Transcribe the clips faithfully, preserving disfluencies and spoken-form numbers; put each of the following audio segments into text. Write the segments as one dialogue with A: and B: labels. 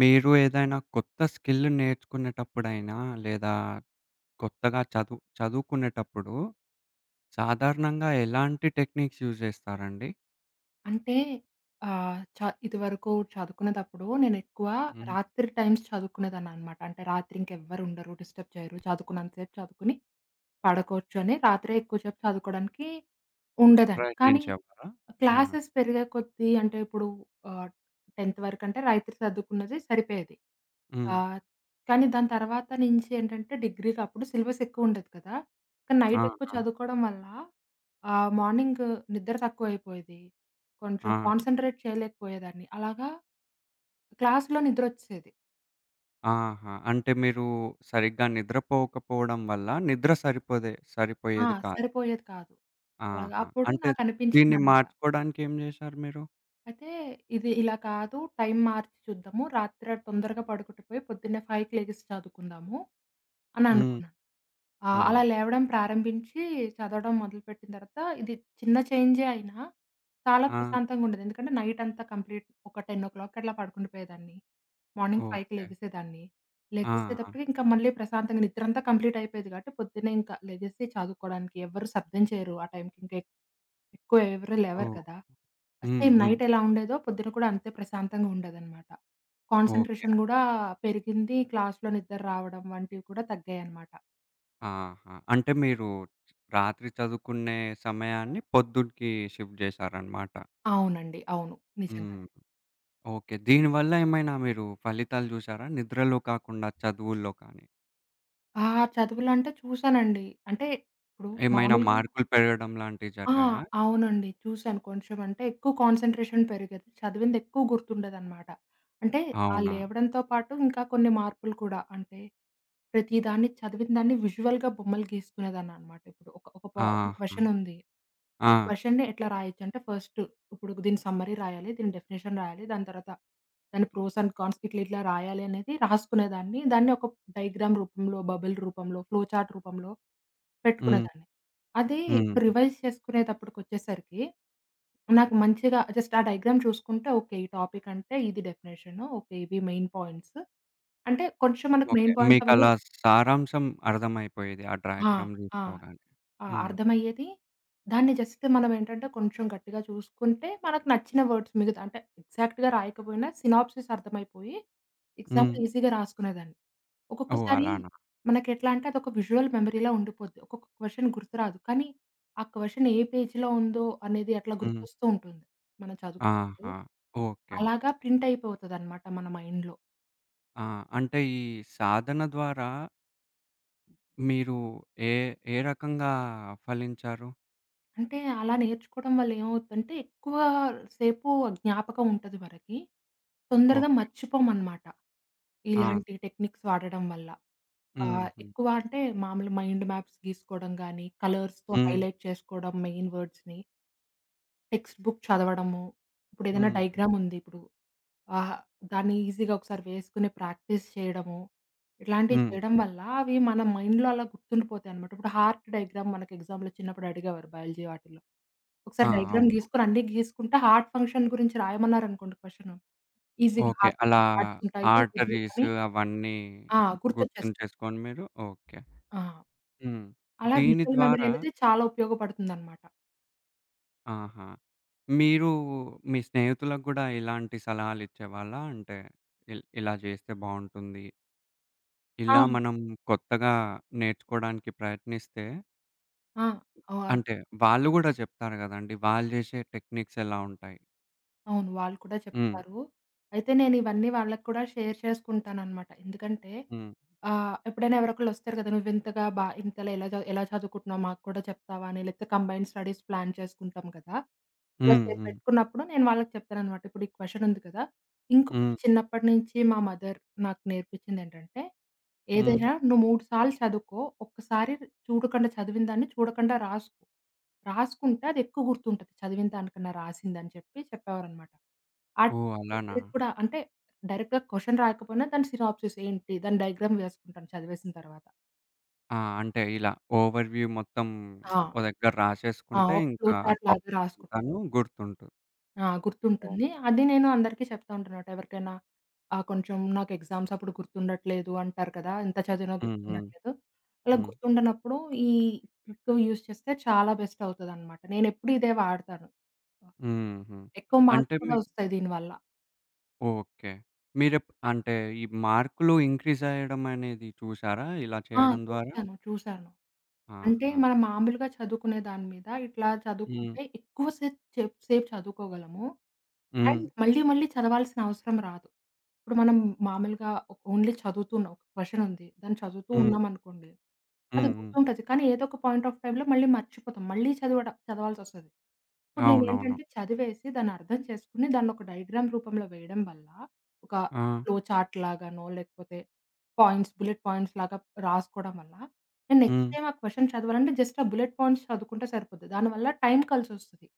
A: మీరు ఏదైనా కొత్త స్కిల్ నేర్చుకునేటప్పుడైనా, లేదా కొత్తగా చదువు చదువుకునేటప్పుడు, సాధారణంగా ఎలాంటి టెక్నిక్స్ యూజ్ జేస్తారండి?
B: అంటే ఆహ్, చ ఇదివరకు చదువుకునేటప్పుడు నేనెక్కువ
A: హ్మ్.
B: రాత్రి టైమ్స్ చదువుకునేదాన్ననమాట. అంటే రాత్రి ఇంకెవ్వరు ఉండరు, డిస్టర్బ్ చేయరు. చదువుకున్నంత సేపు చదువుకొని పడుకోవచ్చు అని రాత్రే ఎక్కువ సేపు చదువుకోవడానికి ఉండేదాన్ని. కానీ
A: ప్రయత్నించేవారా? ఆ!
B: క్లాసెస్ పెరిగే కొద్దీ అంటే ఇప్పుడు ఆహ్, 10థ్ వరకంటే రాయితీ సర్దుకున్నది సరిపోయేది.
A: హ్మ్.
B: ఆహ్, కానీ దాని తర్వాత నుంచి ఏంటంటే డిగ్రీకి అప్పుడు సిలబస్ ఎక్కువుండేది కదా! కానీ
A: ఆ!
B: నైట్ ఎక్కువ
A: ఆ!
B: చదువుకోవడం వల్ల ఆహ్, మార్నింగ్ నిద్ర తక్కువైపోయేది. కొంచెం
A: ఆ!
B: కాన్సంట్రేట్ చేయలేకపోయేదాన్ని. అలాగా క్లాస్‌లో నిద్రొచ్చేసేది.
A: ఆహా! అంటే మీరు సరిగ్గా నిద్రపోకపోవడం వల్ల, నిద్ర సరిపోదే
B: ఆ!
A: సరిపోయేది కాదు.
B: సరిపోయేది కాదు. అలాగా
A: ఆహా!
B: అప్పుడు
A: అంటే దీన్ని
B: నాకనిపించిందనమాట.
A: మార్చుకోవడానికి ఏం జేశారు మీరు?
B: అయితే ఇది ఇలా కాదు, టైం మార్చి చూద్దాము. రాత్రి తొందరగా పడుకుంటపోయి పొద్దున్నే 5కి లెగిసి చదువుకుందాము అని
A: హ్మ్.
B: అనుకున్నాను. ఆహ్,
A: ఓహ్!
B: అలా లేవడం ప్రారంభించి చదవడం మొదలుపెట్టిన తర్వాత ఇది చిన్న చేంజే అయినా చాలా
A: ఆ!
B: ప్రశాంతంగుండేది. ఎందుకంటే నైట్ అంతా కంప్లీట్ ఒక 10:00కి అట్లా పడుకుండిపోయేదాన్ని. మార్నింగ్ 5కి
A: ఓకే.
B: లెగిసేదాన్ని.
A: ఆ! ఆ!
B: లెగిసేటప్పటికి ఇంకా మళ్ళీ ప్రశాంతంగా నిద్రంతా కంప్లీట్ అయిపోయేది కాబట్టి పొద్దున్నే ఇంకా లెగిసి చదువుకోవడానికి ఎవ్వరు శబ్దం చేయరు. ఆ టైంకి ఇంకా ఎక్కువ ఎవరు లేవరు
A: ఓహ్!
B: కదా!
A: హ్మ్.
B: సేమ్
A: హ్మ్.
B: నైట్ ఎలా ఉండేదో పొద్దున కూడా అంతే ప్రశాంతంగా ఉండేదనమాట.
A: ఓకే.
B: కాన్సంట్రేషన్ గూడా పెరిగింది. క్లాస్‌లో నిద్ర రావడం వంటివి కూడా తగ్గాయనమాట.
A: ఆహా! అంటే మీరు రాత్రి చదువుకునే సమయాన్ని పొద్దునకి షిఫ్ట్ జేశారనమాట.
B: అవునండి, అవును.
A: హ్మ్.
B: నిజంగానే.
A: ఓకే. దీనివల్ల ఏమైనా మీరు ఫలితాలు జూసారా? నిద్రలో కాకుండా చదువుల్లో కానీ,
B: ఆ! చదువులు అంటే చూసానండి. అంటే ఇప్పుడు
A: ఏమైనా
B: మామూలుగా,
A: మార్కులు పెరగడం లాంటివి
B: ఆ,
A: జరిగాయా?
B: అవునండి, చూసాను. కొంచెం అంటే ఎక్కువ కాన్సంట్రేషన్ పెరిగేది. చదివింది ఎక్కువ గుర్తుండేదనమాట. అంటే ఆ
A: అవునా?
B: లేవడంతో పాటు ఇంకా కొన్ని మార్పులు కూడా అంటే ప్రతి దాన్ని చదివిన దాన్ని విజువల్‌గా బొమ్మలు గీసుకునేదాన్ననమాట. ఇప్పుడు ఒక ఒక పా ఒక
A: ఆహా!
B: క్వెషన్ ఉంది.
A: ఆ!
B: ఈ క్వెషన్‌ని ఎట్లా రాయొచ్చు అంటే ఫస్ట్ ఇప్పుడు దీని సమ్మరీ రాయాలి. దీని డెఫినిషన్ రాయాలి. దాని తర్వాత దాని ప్రోస్ అండ్ కాన్స్ ఇట్లా ఇట్లా రాయాలి అనేది రాసుకునేదాన్ని. దాన్ని ఒక డయాగ్రామ్ రూపంలో, బబుల్ రూపంలో, ఫ్లో చార్ట్ రూపంలో
A: హ్మ్.
B: పెట్టుకునేదాన్ని. అదే ఇప్పుడు
A: హుహు.
B: రివైజ్ చేసుకునేటప్పటికొచ్చేసరికి నాకు మంచిగా జస్ట్ ఆ డయాగ్రామ్ చూసుకుంటే ఓకే. ఈ టాపిక్ అంటే ఇది డెఫినిషను. ఓకే. ఇవి మెయిన్ పాయింట్స్. అంటే కొంచెం మనకు
A: ఓకే.
B: మెయిన్ పాయింట్స్ అవన్నీ
A: మీకలా సారాంశం అర్థమైపోయేది ఆ
B: ఆ!
A: డయాగ్రామ్
B: ఆ!
A: జూసుకోగానే.
B: ఆ!
A: హ్మ్.
B: అర్థమయ్యేది. దాన్ని జస్ట్ మనమేంటంటే కొంచెం గట్టిగా చూసుకుంటే మనకు నచ్చిన వర్డ్స్ మిగతా అంటే ఎగ్జాక్ట్‌గా రాయకపోయినా సినాప్సిస్ అర్థమైపోయి
A: హ్మ్.
B: ఎగ్జామ్‌లో ఈజీగా రాసుకునేదాన్ని.
A: ఓహ్!
B: ఒక్కొక్కసారి
A: అలానా?
B: మనకెట్లా అంటే అదొక విజువల్ మెమరీలా ఉండిపోద్ది. ఒక్కొక్క క్వెషన్ గుర్తురాదు. కానీ ఆ క్వెషన్ ఏ పేజీలో ఉందో అనేది అట్లా
A: హ్మ్.
B: గుర్తొస్తూ ఉంటుంది. మనం చదువుకున్నప్పుడు
A: ఆహా! ఓకే.
B: అలాగా ప్రింట్ అయిపోతదనమాట మన మైండ్‌లో.
A: ఆ! అంటే ఈ సాధన ద్వారా మీరు ఏ ఏ రకంగా ఫలించారు?
B: అంటే అలా నేర్చుకోవడం వల్ల ఏమవుద్దంటే, ఎక్కువ సేపు జ్ఞాపకం ఉంటది మనకి. తొందరగా
A: ఓకే.
B: మర్చిపోమనమాట.
A: ఆ!
B: ఇలాంటి టెక్నిక్స్ వాడడం వల్ల. ఆహ్,
A: హుహు.
B: ఎక్కువ అంటే మామూలు మైండ్ మ్యాప్స్ గీసుకోవడం గానీ, కలర్స్‌తో
A: హ్మ్.
B: హైలైట్ చేసుకోవడం మెయిన్ వర్డ్స్‌ని. టెక్స్ట్ బుక్ చదవడము, ఇప్పుడేదైనా హ్మ్.
A: హ్మ్.
B: డయాగ్రామ్ ఉంది ఇప్పుడు. ఆహ్, దాన్ని ఈజీగా ఒకసారి వేసుకునే ప్రాక్టీస్ చేయడము, హ్మ్. ఇట్లాంటివి
A: హ్మ్.
B: చేయడం వల్ల అవి మన మైండ్‌లో అలా గుర్తుండిపోతాయనమాట. ఇప్పుడు హార్ట్ డయాగ్రామ్ మనకి ఎగ్జామ్‌లో చిన్నప్పుడు అడిగేవారు బయాలజీ వాటిల్లో.
A: ఆ!
B: ఒకసారి హ్మ్. డయాగ్రామ్
A: అవును.
B: గీసుకొని అన్నీ గీసుకుంటే హార్ట్ ఫంక్షన్ గురించి రాయమన్నారనుకోండి. క్వెషన్ ఈజీగా
A: ఓకే.
B: హార్ట్
A: అలా
B: పార్ట్స్ ఉంటాయి ఇది
A: ఆర్టరీస్
B: అని
A: అవన్నీ
B: ఆ! హ్మ్. గుర్తొచ్చేస్తాయి.
A: గుర్తుంచేసుకొని మీరు ఓకే.
B: ఆ!
A: హ్మ్.
B: అలా
A: దీని
B: విజువల్ మెమరీ
A: ద్వారా
B: అనేది చాలా ఉపయోగపడుతుందనమాట.
A: ఆహా! మీరు మీ స్నేహితులకు గూడా ఇలాంటి సలహాలిచ్చేవాళ్ళా? అంటే ఇల్ ఇలా జేస్తే బావుంటుంది.
B: ఆ!
A: ఇలా మనం కొత్తగా నేర్చుకోవడానికి ప్రయత్నిస్తే
B: ఆ! ఆహ్
A: అంటే వాళ్ళు గూడా చెప్తారు గదండీ. వాళ్ళు జేసే టెక్నిక్స్ ఎలా ఉంటాయి?
B: అవును, వాళ్ళు కూడా
A: హ్మ్.
B: చెప్తారు. అయితే నేనివన్నీ వాళ్ళకి కూడా షేర్ చేసుకుంటాననమాట. ఎందుకంటే,
A: హ్మ్.
B: ఆ! ఎప్పుడైనా ఎవరోకళ్ళొస్తారు కదా! "నువ్వింతగా బా ఇంతలా ఎలా చ ఎలా చదువుకుంటున్నావు? మాకు కూడా చెప్తావా?" అని. లేకపోతే కంబైన్డ్ స్టడీస్ ప్లాన్ చేసుకుంటాం కదా! అలా
A: హ్మ్.
B: చే
A: హ్మ్.
B: పెట్టుకున్నప్పుడు నేను వాళ్ళకి చెప్తాననమాట. ఇప్పుడు ఈ క్వెషన్ ఉంది కదా!
A: హ్మ్.
B: ఇంకొకటి, చిన్నప్పటి నుంచి మా మదర్ నాకు నేర్పించిందేంటంటే,
A: హ్మ్.
B: "ఏదైనా నువ్వు మూడు సార్లు చదువుకో. ఒక్కసారి చూడకుండా చదివిన దాన్ని చూడకుండా రాసుకో. రాసుకుంటే అది ఎక్కువ గుర్తుంటది. చదివిన దానికన్నా రాసిందని" చెప్పి చెప్పేవారనమాట. ఆ
A: ఓహ్!
B: టిప్
A: అలానా?
B: ఇప్పటికి కూడా అంటే డైరెక్ట్‌గా క్వెషన్ రాకపోయినా దాని సినాప్సిస్ ఏంటి? దాని డయాగ్రామ్ వేసుకుంటాను చదివేసిన తర్వాత.
A: ఆ! అంటే ఇలా ఓవర్ వ్యూ మొత్తం
B: ఆ!
A: ఓ దగ్గర
B: ఆ!
A: రాసేసుకుంటే
B: ఒక ఫ్లో
A: ఇంకా ఆ
B: చార్ట్ లాగా
A: టాపిక్
B: రాసుకుంటా.
A: అంతాను గుర్తుంటుంది.
B: ఆ!
A: ఓహ్!
B: గుర్తుంటుంది. అది నేను అందరికీ చెప్తా ఉంటానన్నమాట. ఎవరికైనా ఆహ్, కొంచెం నాకు ఎగ్జామ్స్ అప్పుడు గుర్తుండట్లేదు అంటారు కదా! ఎంత చదివినా
A: హ్మ్. హ్మ్.
B: గుర్తుండట్లేదు. అలా
A: హ్మ్.
B: గుర్తుండనప్పుడు ఈ ట్రిక్ యూజ్ చేస్తే చాలా బెస్ట్ అవుతదన్నమాట. నేనెప్పుడూ ఇదే వాడతాను.
A: హుహు.
B: ఎక్కువ
A: అంటే
B: మార్క్స్ కూడా
A: మీ
B: వస్తాయి దీనివల్ల.
A: ఓకే. మీరెప్ అంటే ఈ మార్కులు ఇంక్రీజ్ అయ్యడం అనేది చూసారా ఇలా
B: ఆ!
A: చేయడం ద్వారా?
B: చూసాను, చూసాను. అంటే
A: ఆహా!
B: మనం మామూలుగా చదువుకునే దాని మీద ఇట్లా
A: హ్మ్.
B: చదువుకుంటే ఎక్కువ సేపు చెప్ సేపు చదువుకోగలము.
A: హ్మ్.
B: అండ్ మళ్ళీ మళ్ళీ చదవాల్సిన అవసరం రాదు. ఇప్పుడు మనం మామూలుగా ఓ ఓన్లీ చదువుతున్నాం. ఒక క్వెషన్ ఉంది. దాన్ని చదువుతూ
A: హ్మ్.
B: ఉన్నామనుకోండి. అది
A: హ్మ్. హ్మ్.
B: గుర్తుంటది. కానీ ఏదో ఒక పాయింట్ ఆఫ్ టైమ్‌లో మళ్ళీ మర్చిపోతాం. మళ్ళీ చదవడ చదవాల్సొస్తది. ఇప్పుడు
A: అవునవును.
B: నేనేంటంటే చదివేసి దాన్ని అర్థం చేసుకొని దాన్ని ఒక డయాగ్రామ్ రూపంలో వేయడం వల్ల, ఒక
A: ఆ!
B: ఫ్లో చార్ట్ లాగానో లేకపోతే పాయింట్స్ బుల్లెట్ పాయింట్స్ లాగా రాసుకోవడం వల్ల, నేను నెక్స్ట్
A: హ్మ్.
B: టైమ్ ఆ క్వెషన్ చదవాలంటే జస్ట్ ఆ బుల్లెట్ పాయింట్స్ చదువుకుంటే సరిపోతది. దానివల్ల టైం కలిసొస్తది.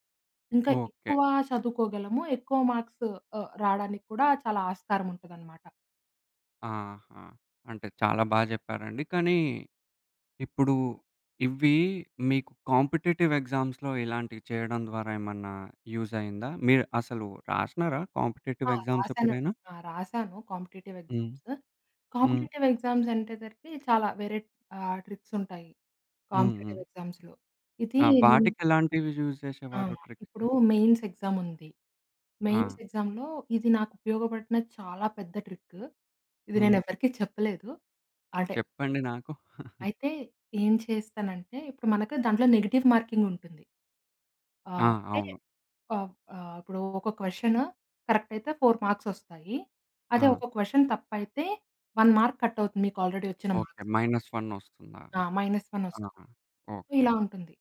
B: ఇంకా
A: ఓకే.
B: ఎక్కువ చదువుకోగలము. ఎక్కువ మార్క్స్ ఆహ్, రాడానికి కూడా చాలా ఆస్కారం ఉంటదనమాట.
A: ఆహా! అంటే చాలా బా జెప్పారండి. కానీ ఇప్పుడు ఇవి మీకు కాంపిటీటివ్ ఎగ్జామ్స్‌లో ఇలాంటివి చేయడం ద్వారా ఏమన్నా యూజ్ అయిందా? మీరు అసలు రాసినారా కాంపిటీటివ్
B: ఆ!
A: ఎగ్జామ్స్
B: రాసానండి.
A: ఎప్పుడైనా?
B: ఆ! రాసాను కాంపిటీటివ్
A: హ్మ్.
B: ఎగ్జామ్స్.
A: హ్మ్.
B: కాంపిటీటివ్ ఎగ్జామ్స్ అంటే తరిపి చాలా వేరే ఆహ్, ట్రిక్స్ ఉంటాయి
A: హ్మ్. హ్మ్.
B: కాంపిటీటివ్ ఎగ్జామ్స్‌లో. ఇది
A: ఆ!
B: నేను
A: వాటికెలాంటివి యూజ్
B: ఆ!
A: చేసేవారు ట్రిక్స్?
B: ఇప్పుడు మెయిన్స్ ఎగ్జామ్ ఉంది.
A: ఆ!
B: మెయిన్స్ ఎగ్జామ్‌లో ఇది నాకు ఉపయోగపడిన చాలా పెద్ద ట్రిక్. ఇది
A: హ్మ్.
B: నేను ఎవరికీ చెప్పలేదు. అంటే
A: చెప్పండి నాకు.
B: అయితే ఏం చేస్తానంటే, ఇప్పుడు మనకు దాంట్లో నెగెటివ్ మార్కింగ్ ఉంటుంది.
A: ఆ!
B: ఆహ్, అంటే
A: అవును.
B: ఆహ్, ఆహ్, ఇప్పుడు ఒక క్వెషన్ కరెక్ట్ అయితే నాలుగు మార్క్స్ ఒస్తాయి.
A: ఆ!
B: అదే ఒక క్వెషన్ తప్పైతే ఒక మార్క్ కట్ అవుతుంది మీకు ఆల్రెడీ వచ్చిన
A: ఓకే.
B: మార్క్స్.
A: -ఒకటి వస్తుందా?
B: ఆ! -మైనస్ ఒకటి ఒస్తుంది.
A: ఆహా!
B: So,
A: okay.
B: ఇలా ఉంటుంది.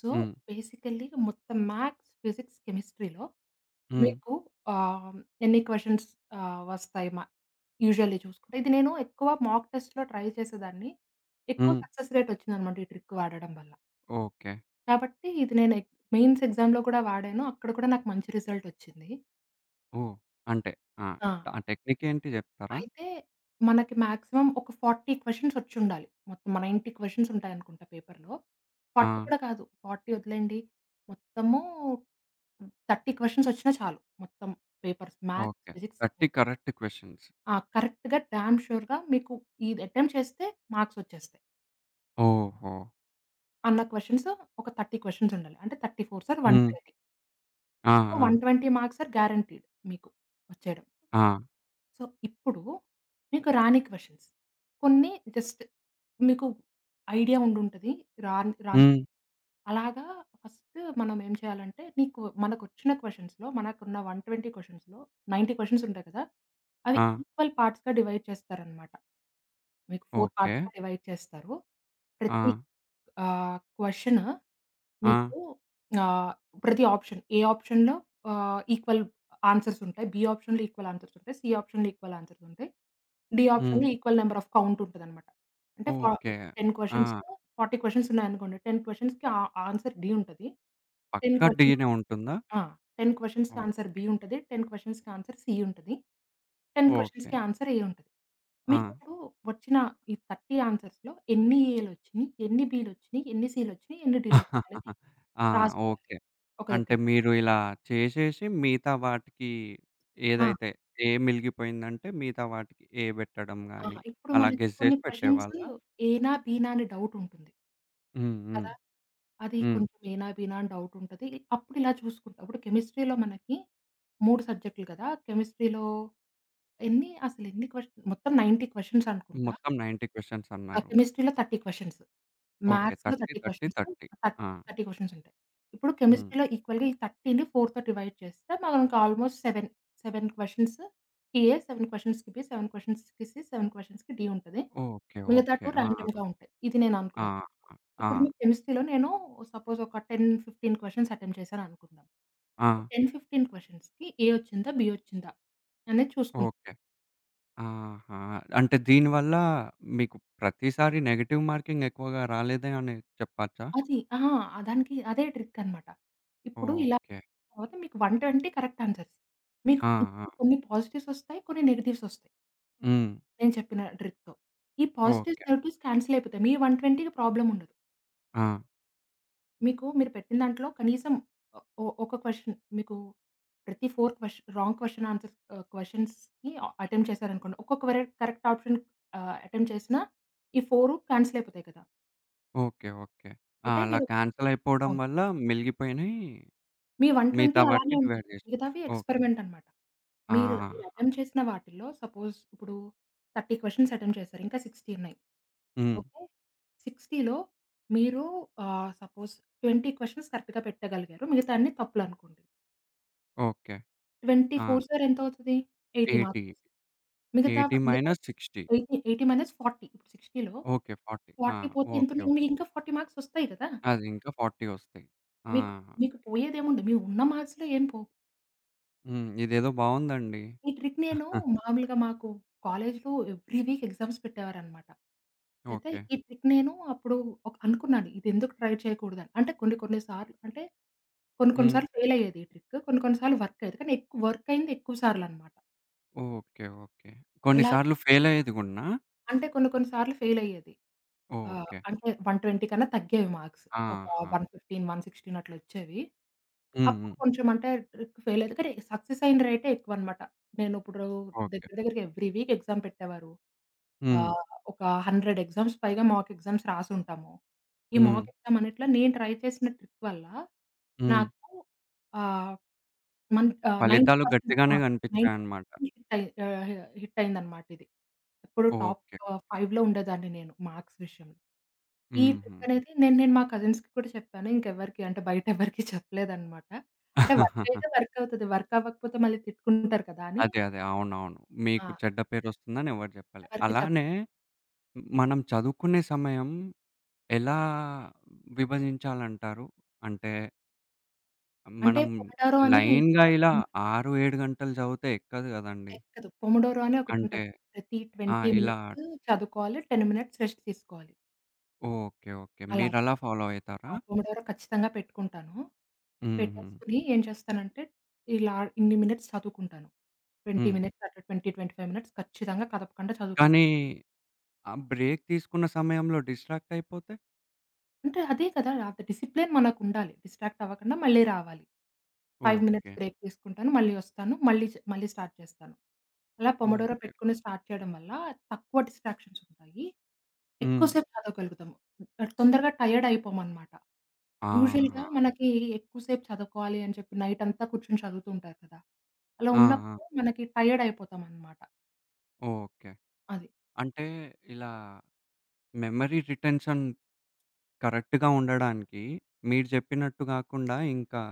B: సో,
A: హ్మ్.
B: బేసికల్లీ మొత్తం మ్యాథ్స్, ఫిజిక్స్, కెమిస్ట్రీలో
A: హ్మ్.
B: మీకు ఆహ్, ఎన్ని క్వెషన్స్ ఆహ్, వస్తాయి మ యూజువల్లీ చూసుకుంటే. ఇది నేను ఎక్కువ మాక్ టెస్ట్‌లో ట్రై చేసేదాన్ని. ఎక్కువ
A: హ్మ్.
B: సక్సెస్ రేట్ ఒచ్చిందనమాట ఈ ట్రిక్ వాడడం వల్ల.
A: ఓకే.
B: కాబట్టి ఇది నేను ఎగ్ మెయిన్స్ ఎగ్జామ్‌లో కూడా వాడాను. అక్కడ కూడా నాకు మంచి రిజల్ట్ వచ్చింది.
A: ఓహ్! అంటే ఆ!
B: ఆ!
A: ఆ టెక్నికేంటి జెప్తారా?
B: అయితే మనకి మాక్సిమం ఒక నలభై క్వెషన్స్ వచ్చుండాలి. మొత్తం తొంభై క్వెషన్స్ ఉంటాయనుకుంటా పేపర్‌లో.
A: ఆ!
B: నలభై కూడా కాదు, నలభై వదిలేయండి. మొత్తము ముప్పై క్వెషన్స్ వచ్చినా చాలు. మొత్తం పేపర్స్ మ్యాథ్స్,
A: ఓకే.
B: ఫిజిక్స్,
A: ముప్ఫై
B: కెమిస్ట్రీ.
A: Correct questions.
B: ఆ! కరెక్ట్‌గా డామ్ ష్యూర్‌గా మీకు ఇది అటెంప్ట్ చేస్తే మార్క్స్ వచ్చేస్తాయి
A: ఓహో!
B: అన్న క్వెషన్స్ ఒక ముప్పై క్వెషన్స్ ఉండాలి. అంటే ముప్పై ఫోర్ సార్
A: హ్మ్.
B: నూట ఇరవై.
A: ఆ!
B: సో,
A: ఆ!
B: నూట ఇరవై మార్క్స్ ఆర్ గ్యారంటీడ్ మీకు వచ్చేయడం.
A: ఆ!
B: సో, ఇప్పుడు మీకు రాని క్వెషన్స్, కొన్ని జస్ట్ మీకు ఐడియా ఉండుంటది. రాన్ రాన్
A: హ్మ్.
B: అలాగా ఫస్ట్ మనం ఏం చేయాలంటే, నీకు మనకొచ్చిన క్వెషన్స్‌లో మనకున్న నూట ఇరవై క్వెషన్స్‌లో తొంభై క్వెషన్స్ ఉంటాయి కదా! అవి
A: ఆ!
B: ఈక్వల్ పార్ట్స్‌గా డివైడ్ చేస్తారనమాట. మీకు నాలుగు
A: ఓకే.
B: పార్ట్స్‌గా డివైడ్ చేస్తారు.
A: ఆ!
B: ప్రతి ఆహ్, క్వెషన్
A: ఆ!
B: మీకు, ఆహ్, ప్రతి ఆప్షన్, ఏ ఆప్షన్‌లో ఆహ్, ఈక్వల్ ఆన్సర్స్ ఉంటాయి, బి ఆప్షన్‌లో ఈక్వల్ ఆన్సర్స్ ఉంటాయి, సి ఆప్షన్‌లో ఈక్వల్ ఆన్సర్స్ ఉంటాయి, డి
A: హ్మ్.
B: ఆప్షన్‌లో ఈక్వల్ నంబర్ ఆఫ్ కౌంట్ ఉంటదనమాట. అంటే ఫ
A: ఓకే.
B: ఇప్పుడు 10
A: ఆ!
B: క్వెషన్స్ నలభై క్వెషన్స్ ఉన్నాయనుకోండి. పది క్వెషన్స్‌కి ఆ ఆన్సర్ డి ఉంటది. 10
A: పక్కా
B: క్వెషన్స్
A: డీనే ఉంటుందా?
B: ఆ! పది క్వెషన్స్‌కి
A: ఓహ్!
B: ఆన్సర్ బి ఉంటది. పది క్వెషన్స్‌కి ఆన్సర్ సి ఉంటది. పది
A: ఓకే.
B: క్వెషన్స్‌కి ఆన్సర్ ఏ ఉంటది.
A: ఆ!
B: మీకిప్పుడు వచ్చిన ఈ ముప్పై ఆన్సర్స్‌లో ఎన్ని ఏలొచ్చినియి, ఎన్ని బిలొచ్చినియి, ఎన్ని సీలొచ్చినియి, ఎన్ని డీలొచ్చినియనేది
A: ఆ!
B: రాసుకోవాలి
A: ఓకే.
B: ఒక
A: అంటే
B: దగ్గర.
A: మీరు ఇలా చేసేసి మిగతా వాటికి
B: ఆ!
A: ఏదైతే ఏ మిలిగిపోయిందంటే మిగతా వాటికి ఏ పెట్టడం
B: ఆ!
A: గాని,
B: ఇప్పుడు
A: అలా
B: మనకి
A: గెస్
B: కొన్ని
A: చేసి
B: క్వెషన్స్
A: పెట్టేవాళ్ళా?
B: ఏనా, బీనా అని డౌట్ ఉంటుంది
A: హ్మ్. హ్మ్.
B: కదా! అది
A: హ్మ్.
B: కొంచెం ఏనా, బీనా అని డౌట్ ఉంటది. అప్పుడు ఇలా చూసుకుంటాం. ఇప్పుడు కెమిస్ట్రీలో మనకి మూడు సబ్జెక్టులు కదా! కెమిస్ట్రీలో ఎన్ని అసలు ఎన్ని క్వెషన్, మొత్తం తొంభై క్వెషన్స్ అనుకుంటా.
A: మొత్తం తొంభై క్వెషన్స్
B: ఆ!
A: అన్నారు.
B: కెమిస్ట్రీలో ముప్పై క్వెషన్స్,
A: ఓకే.
B: మ్యాథ్స్‌లో
A: ముప్ఫై,
B: ముప్పై
A: ముప్ఫై,
B: క్వెషన్స్,
A: ముప్ఫై.
B: థర్ట్
A: ఆ!
B: ముప్పై క్వెషన్స్ ఉంటాయి. ఇప్పుడు
A: హ్మ్.
B: కెమిస్ట్రీలో ఈక్వల్‌గా ఈ 30ని 4తో డివైడ్ చేస్తే మనకు ఆల్‌మోస్ట్ ఏడు ఏడు క్వెషన్స్‌కి ఏ, ఏడు క్వెషన్స్‌కి బి, ఏడు క్వెషన్స్‌కి సి, ఏడు క్వెషన్స్‌కి డి ఉంటది.
A: ఓకే.
B: మిగతా
A: ఓకే.
B: రెండు
A: ఆ!
B: ర్యాండమ్‌గా ఉంటాయి. ఇది నేను
A: ఆ!
B: అనుకున్నది.
A: ఆ!
B: ఇప్పుడు మీ కెమిస్ట్రీలో నేను సపోజ్ ఒక పది, పదిహేను క్వెషన్స్ అటెంప్ట్ చేశాననుకుందాం.
A: ఆ!
B: ఈ పది, పదిహేను క్వెషన్స్‌కి ఏ వచ్చిందా? బి వచ్చిందా? అనేది చూసుకుంటాం.
A: ఓకే. ఆహా! అంటే దీనివల్ల మీకు ప్రతిసారి నెగెటివ్ మార్కింగ్ ఎక్కువగా రాలేదే అని చెప్పచ్చా?
B: అది. అహా! దానికి అదే ట్రిక్కనమాట. ఇప్పుడు ఇలా
A: ఓకే.
B: తర్వాత మీకు నూట ఇరవై కరెక్ట్ ఆన్సర్స్. మీకు
A: ఆ! ఆ!
B: ఇందులో కొన్ని పాజిటివ్సొస్తాయి, కొన్ని నెగెటివ్సొస్తాయి
A: హ్మ్.
B: నేను చెప్పిన ట్రిక్‌తో. ఈ పాజిటివ్స్,
A: ఓకే.
B: నెగెటివ్స్ క్యాన్సిల్ అయిపోతాయి. మీ 120కి ప్రాబ్లమ్ ఉండదు.
A: ఆ!
B: మీకు మీరు పెట్టిన దాంట్లో కనీసం ఆహ్, ఒ ఒక క్వెషన్ మీకు, ప్రతి నాలుగు క్వెష్ రాంగ్ క్వెషన్ ఆన్సర్స్ ఆహ్, క్వెషన్స్‌కి అటెంప్ట్ చేశారనుకోండి. ఒక్కొక్క వేరే కరెక్ట్ ఆప్షన్ ఆహ్, అటెంప్ట్ చేసినా ఈ నాలుగు క్యాన్సిల్ అయిపోతాయి కదా!
A: ఓకే. ఓకే. ఆ!
B: అంటే
A: అలా
B: మీరు,
A: క్యాన్సిల్ అయిపోవడం
B: అవును,
A: వల్ల మిలిగిపోయినయి
B: మీ
A: మిగతా
B: నూట ఇరవై
A: వాటికి
B: అలానే ఉంటాయి.
A: డివైడ్ జేసుకోవచ్చు.
B: మిగతావి
A: ఓకే.
B: ఎక్స్‌పెరిమెంట్ అనమాట.
A: ఆ!
B: మీరు మీరు అటెంప్ట్ చేసిన వాటిల్లో సపోజ్ ఇప్పుడు ముప్పై క్వెషన్స్ అటెంప్ట్ చేశారు. ఇంకా అరవై ఉన్నాయి.
A: హ్మ్.
B: ఓకే. 60లో మీరు ఆహ్, సపోజ్ ఇరవై క్వెషన్స్ కరెక్ట్‌గా పెట్టగలిగారు. మిగతా అన్ని తప్పులనుకోండి.
A: ఓకే. ఆ!
B: ఇరవై నాలుగు బై ఏడు ఎంతవుతది? ఎనభై
A: ఎనభై,
B: మార్క్స్ వస్తాయి. మిగతా
A: ఎనభై
B: మిగతా
A: మైనస్ అరవై
B: ఎనభై, ఎనభై మైనస్ నలభై ఇప్పుడు 60లో
A: ఓకే. నలభై ఆ!
B: నలభై పోతే
A: ఓకే.
B: ఎంతున్నాయి?
A: ఓకే.
B: మీకింకా నలభై మార్క్స్ వస్తాయి కదా!
A: అది ఇంకా నలభై ఒస్తాయి. ఆ!
B: మీకు మీకు పోయేదేముంది? మీ ఉన్న మార్క్స్‌లో ఏం పోవు.
A: హ్మ్. ఇదేదో బావుందండి.
B: ఈ ట్రిక్ నేను మామూలుగా మాకు కాలేజ్‌లో ఎవ్రీ వీక్ ఎగ్జామ్స్ పెట్టేవారనమాట. అయితే
A: ఓకే.
B: ఈ ట్రిక్ నేను అప్పుడు ఒక అనుకున్నాను, ఇదెందుకు ట్రై చేయకూడదని. అంటే కొన్ని కొన్ని సార్లు అంటే కొన్ని కొన్ని
A: హ్మ్.
B: సార్లు ఫెయిల్ అయ్యేది ఈ ట్రిక్. కొన్ని కొన్ని సార్లు వర్క్ అయ్యేది. కానీ ఎక్కువ వర్క్ అయింది ఎక్కువ సార్లనమాట.
A: ఓకే. ఓకే. కొన్ని
B: అలా
A: సార్లు ఫెయిల్ అయ్యేది గూడనా?
B: అంటే కొన్ని కొన్ని సార్లు ఫెయిల్ అయ్యేది. ఆహ్,
A: ఓకే.
B: అంటే నూట ఇరవై కన్నా తగ్గేవి మార్క్స్. ఒక
A: ఆహా!
B: నూట పదిహేను, నూట పదహారు అట్లా వచ్చేవి.
A: హ్మ్.
B: అప్పుడు
A: హ్మ్.
B: కొంచెం అంటే ట్రిక్ ఫెయిల్ అయ్యేది. కానీ సక్సెస్ అయిన రేటే ఎక్కువనమాట. నేను ఇప్పుడు
A: ఓకే.
B: దగ్గర దగ్గరగా ఎవ్రీ వీక్ ఎగ్జామ్ పెట్టేవారు.
A: హ్మ్.
B: ఆహ్, ఒక వంద ఎగ్జామ్స్ పైగా మాక్ ఎగ్జామ్స్ రాసుంటాము. ఈ
A: హ్మ్.
B: మాక్ ఎగ్జామ్ అన్నిట్లో నేను ట్రై చేసిన ట్రిక్ వల్ల
A: హ్మ్.
B: నాకు ఆహ్, మన్ ఆహ్,
A: ఫలితాలు
B: తొంభై శాతం ఆ!
A: గట్టిగానే గనిపిచ్చాయన్నమాట.
B: తొంభై శాతం హిట్ అయి ఆహ్, హిట్ అయిందన్నమాట ఇది. ఎప్పుడు టాప్
A: ఓకే.
B: ఆహ్, 5లో ఉండేదాన్ని నేను మార్క్స్ విషయంలో. ఈ
A: హుహు.
B: ట్రిక్ అనేది నేను నేను మా కజిన్స్‌కి కూడా చెప్పాను. ఇంకెవ్వరికీ, అంటే బయట ఎవరికీ చెప్పలేదన్నమాట. అంటే వర్క్ అయితే వర్క్ అవుతది. వర్క్ అవ్వకపోతే మళ్ళీ తిట్టుకుంటారు కదా! అని
A: అదే. అదే. అవునవును.
B: ఆ!
A: మీకు చెడ్డ పేరొస్తుందని ఎవరు జెప్పలే.
B: ఎవరికీ చెప్పలేదు.
A: అలానే మనం చదువుకునే సమయం ఎలా విభజించాలంటారు? అంటే
B: అంటే
A: మనం
B: పొమోడోరో అని
A: లైన్‌గా ఇలా
B: ఒకటి
A: ఆరు, ఏడు గంటలు చదివితే ఎక్కదు గదండీ.
B: ఎక్కదు. పొమోడోరో అని
A: అంటే
B: ఒకటుంటది. ప్రతి ఇరవై
A: ఆ! ఇలా
B: మినిట్స్ చదువుకోవాలి. పది మినిట్స్ రెస్ట్ తీసుకోవాలి.
A: ఓకే. ఓకే.
B: అలాగా.
A: మీరలా ఫాలో అయితారా?
B: ఆ! పొమోడోరో ఖచ్చితంగా పెట్టుకుంటాను.
A: హుహు.
B: పెట్టేసుకొని ఏం చేస్తానంటే, ఇలా ఇన్ని మినిట్స్ చదువుకుంటాను. ఇరవై
A: హ్మ్.
B: మినిట్స్ అట్లా ఇరవై, ఇరవై ఐదు మినిట్స్ ఖచ్చితంగా కదపకుండా
A: కానీ
B: చదువుకుంటాను.
A: ఆ బ్రేక్ తీసుకున్న సమయంలో డిస్ట్రాక్ట్ అయిపోతే?
B: అంటే అదే కదా! అంత డిసిప్లిన్ మనకుండాలి. డిస్ట్రాక్ట్ అవ్వకుండా మళ్ళీ రావాలి. ఐదు
A: ఓకే.
B: మినిట్స్ బ్రేక్ తీసుకుంటాను. మళ్ళీ వస్తాను. మళ్ళీ చే మళ్ళీ స్టార్ట్ చేస్తాను. అలా పొమడోరో
A: ఓకే.
B: పెట్టుకొని స్టార్ట్ చేయడం వల్ల తక్కువ డిస్ట్రాక్షన్స్ ఉంటాయి.
A: హ్మ్.
B: ఎక్కువసేపు చదవగలుగుతాము. తొందరగా టైర్డ్ అయిపోమనమాట. యూజువల్‌గా
A: ఆహా!
B: మనకి ఎక్కువసేపు చదువుకోవాలి అని చెప్పి నైట్ అంతా కూర్చొని చదువుతూ ఉంటారు కదా! అలా
A: ఆ!
B: ఉన్నప్పుడు
A: ఆ!
B: మనకి టైర్డ్ అయిపోతామనమాట.
A: ఓకే.
B: అది.
A: అంటే ఇలా మెమరీ రిటెన్షన్ కరెక్ట్‌గా ఉండడానికి మీరు జెప్పినట్టు గాకుండా ఇంకా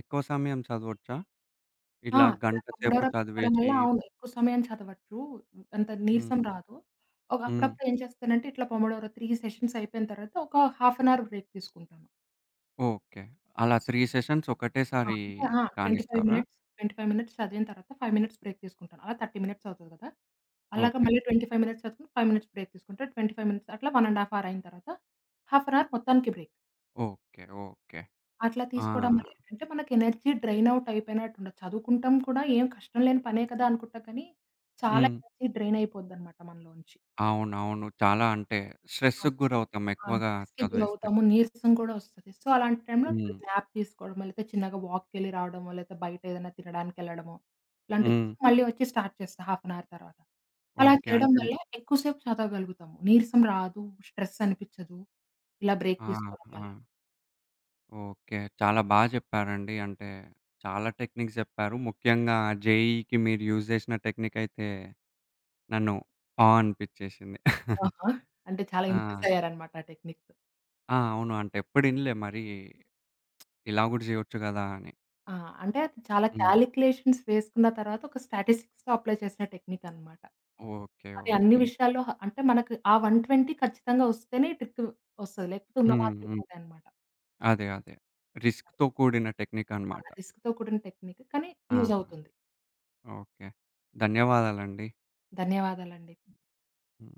A: ఎక్కువ సమయం చదవొచ్చా?
B: ఆ!
A: ఇలా
B: ఇలా
A: గంట సేపు
B: కమోడోరా పెట్టుకోవడం వల్ల
A: చదివేసి
B: అవును, ఎక్కువ సమయం చదవచ్చు. అంత
A: హ్మ్.
B: నీరసం రాదు. ఒక
A: హ్మ్.
B: అప్పుడప్పుడు ఏం చేస్తానంటే ఇట్లా పొమోడోరా మూడు సెషన్స్ అయిపోయిన తర్వాత ఒక హాఫ్ అన్ అవర్ బ్రేక్ తీసుకుంటాను.
A: ఓకే. అలా మూడు సెషన్స్
B: ఆ!
A: ఒకటేసారి
B: అంటే ఆ! ఇరవై ఐదు
A: కానిస్తారా?
B: మినిట్స్, ఇరవై ఐదు మినిట్స్ చదివిన తర్వాత ఐదు మినిట్స్ బ్రేక్ తీసుకుంటాను. అలా ముప్పై మినిట్స్ అవుతది కదా! అలాగ
A: ఓకే.
B: మళ్ళీ ఇరవై ఐదు మినిట్స్ చదువుకొని ఐదు మినిట్స్ బ్రేక్ తీసుకుంటా. ఇరవై ఐదు మినిట్స్ అట్లా ఒకటిన్నర ½ అవర్ అయిన తర్వాత హాఫ్ అన్ అవర్ మొత్తానికి బ్రేక్.
A: ఓకే. ఓకే.
B: అట్లా
A: ఆ!
B: తీసుకోవడం వల్ల ఏంటంటే మనకి ఎనర్జీ డ్రైన్ అవుట్ అయిపోయినట్టుండదు. చదువుకుంటాం కూడా, ఏం కష్టం లేని పనే కదా అనుకుంటాం, కానీ చాలా
A: హ్మ్.
B: ఎనర్జీ డ్రైన్ అయిపోద్దనమాట మనలోంచి.
A: అవునవును. చాలా అంటే
B: ఆ!
A: స్ట్రెస్‌కి గురవుతాం
B: ఆ!
A: ఎక్కువగా
B: స్ట్రెస్‌కి
A: చదివేస్తే.
B: గురవుతాము. నీరసం కూడా ఒస్తది. సో, అలాంటి టైంలో
A: హ్మ్.
B: నాప్ తీసుకోవడమో, లేతే చిన్నగా వాక్‌కెళ్ళి రావడమో, లేతే బయట ఏదైనా తినడానికెళ్ళడమో, ఇలాంటివి
A: హ్మ్.
B: చేసి మళ్ళీ వచ్చి స్టార్ట్ చేస్తా హాఫ్ అన్ అవర్ తర్వాత. అలా
A: ఓకే.
B: చేయడం
A: అంటే
B: వల్ల ఎక్కువ సేపు చదవగలుగుతాము. నీరసం రాదు, స్ట్రెస్ అనిపిచ్చదు, ఇలా బ్రేక్
A: ఆ!
B: తీసుకోవడం
A: ఆ!
B: వల్ల.
A: ఓకే. చాలా బా చెప్పారండి. అంటే చాలా టెక్నిక్స్ జెప్పారు. ముఖ్యంగా జేఈకి మీరు యూజ్ జేసిన టెక్నిక్ అయితే నన్ను ఆ అనిపిచ్చేసింది.
B: ఆహా! అంటే చాలా ఇంప్రెస్
A: ఆ!
B: అయ్యారనమాట ఆ టెక్నిక్‌తో.
A: ఆ! అవును. అంటే ఎప్పుడు ఇనలే మరి ఇలా గూడా జేయొచ్చు గదా! అని.
B: ఆ! అంటే అది చాలా
A: హ్మ్.
B: కాలిక్యులేషన్స్ వేసుకున్న తర్వాత ఒక స్టాటిస్టిక్స్‌లో అప్లై చేసిన టెక్నిక్ అన్నమాట.
A: ఓకే.
B: అది అన్ని
A: ఓకే.
B: విషయాల్లో హ అంటే మనకు ఆ నూట ఇరవై ఖచ్చితంగా వస్తేనే ట్రిక్ వస్తది. లేకపోతే ఉన్న
A: హ్మ్.
B: మార్కులు
A: హ్మ్.
B: పోతాయన్నమాట.
A: అదే. అదే. రిస్క్‌తో కూడిన టెక్నిక్
B: ఆ!
A: అన్నమాట.
B: రిస్క్‌తో కూడిన టెక్నిక్, కానీ
A: ఆ!
B: యూజ్ అవుతుంది.
A: ఓకే. ధన్యవాదాలండి.
B: ధన్యవాదాలండి.
A: హ్మ్.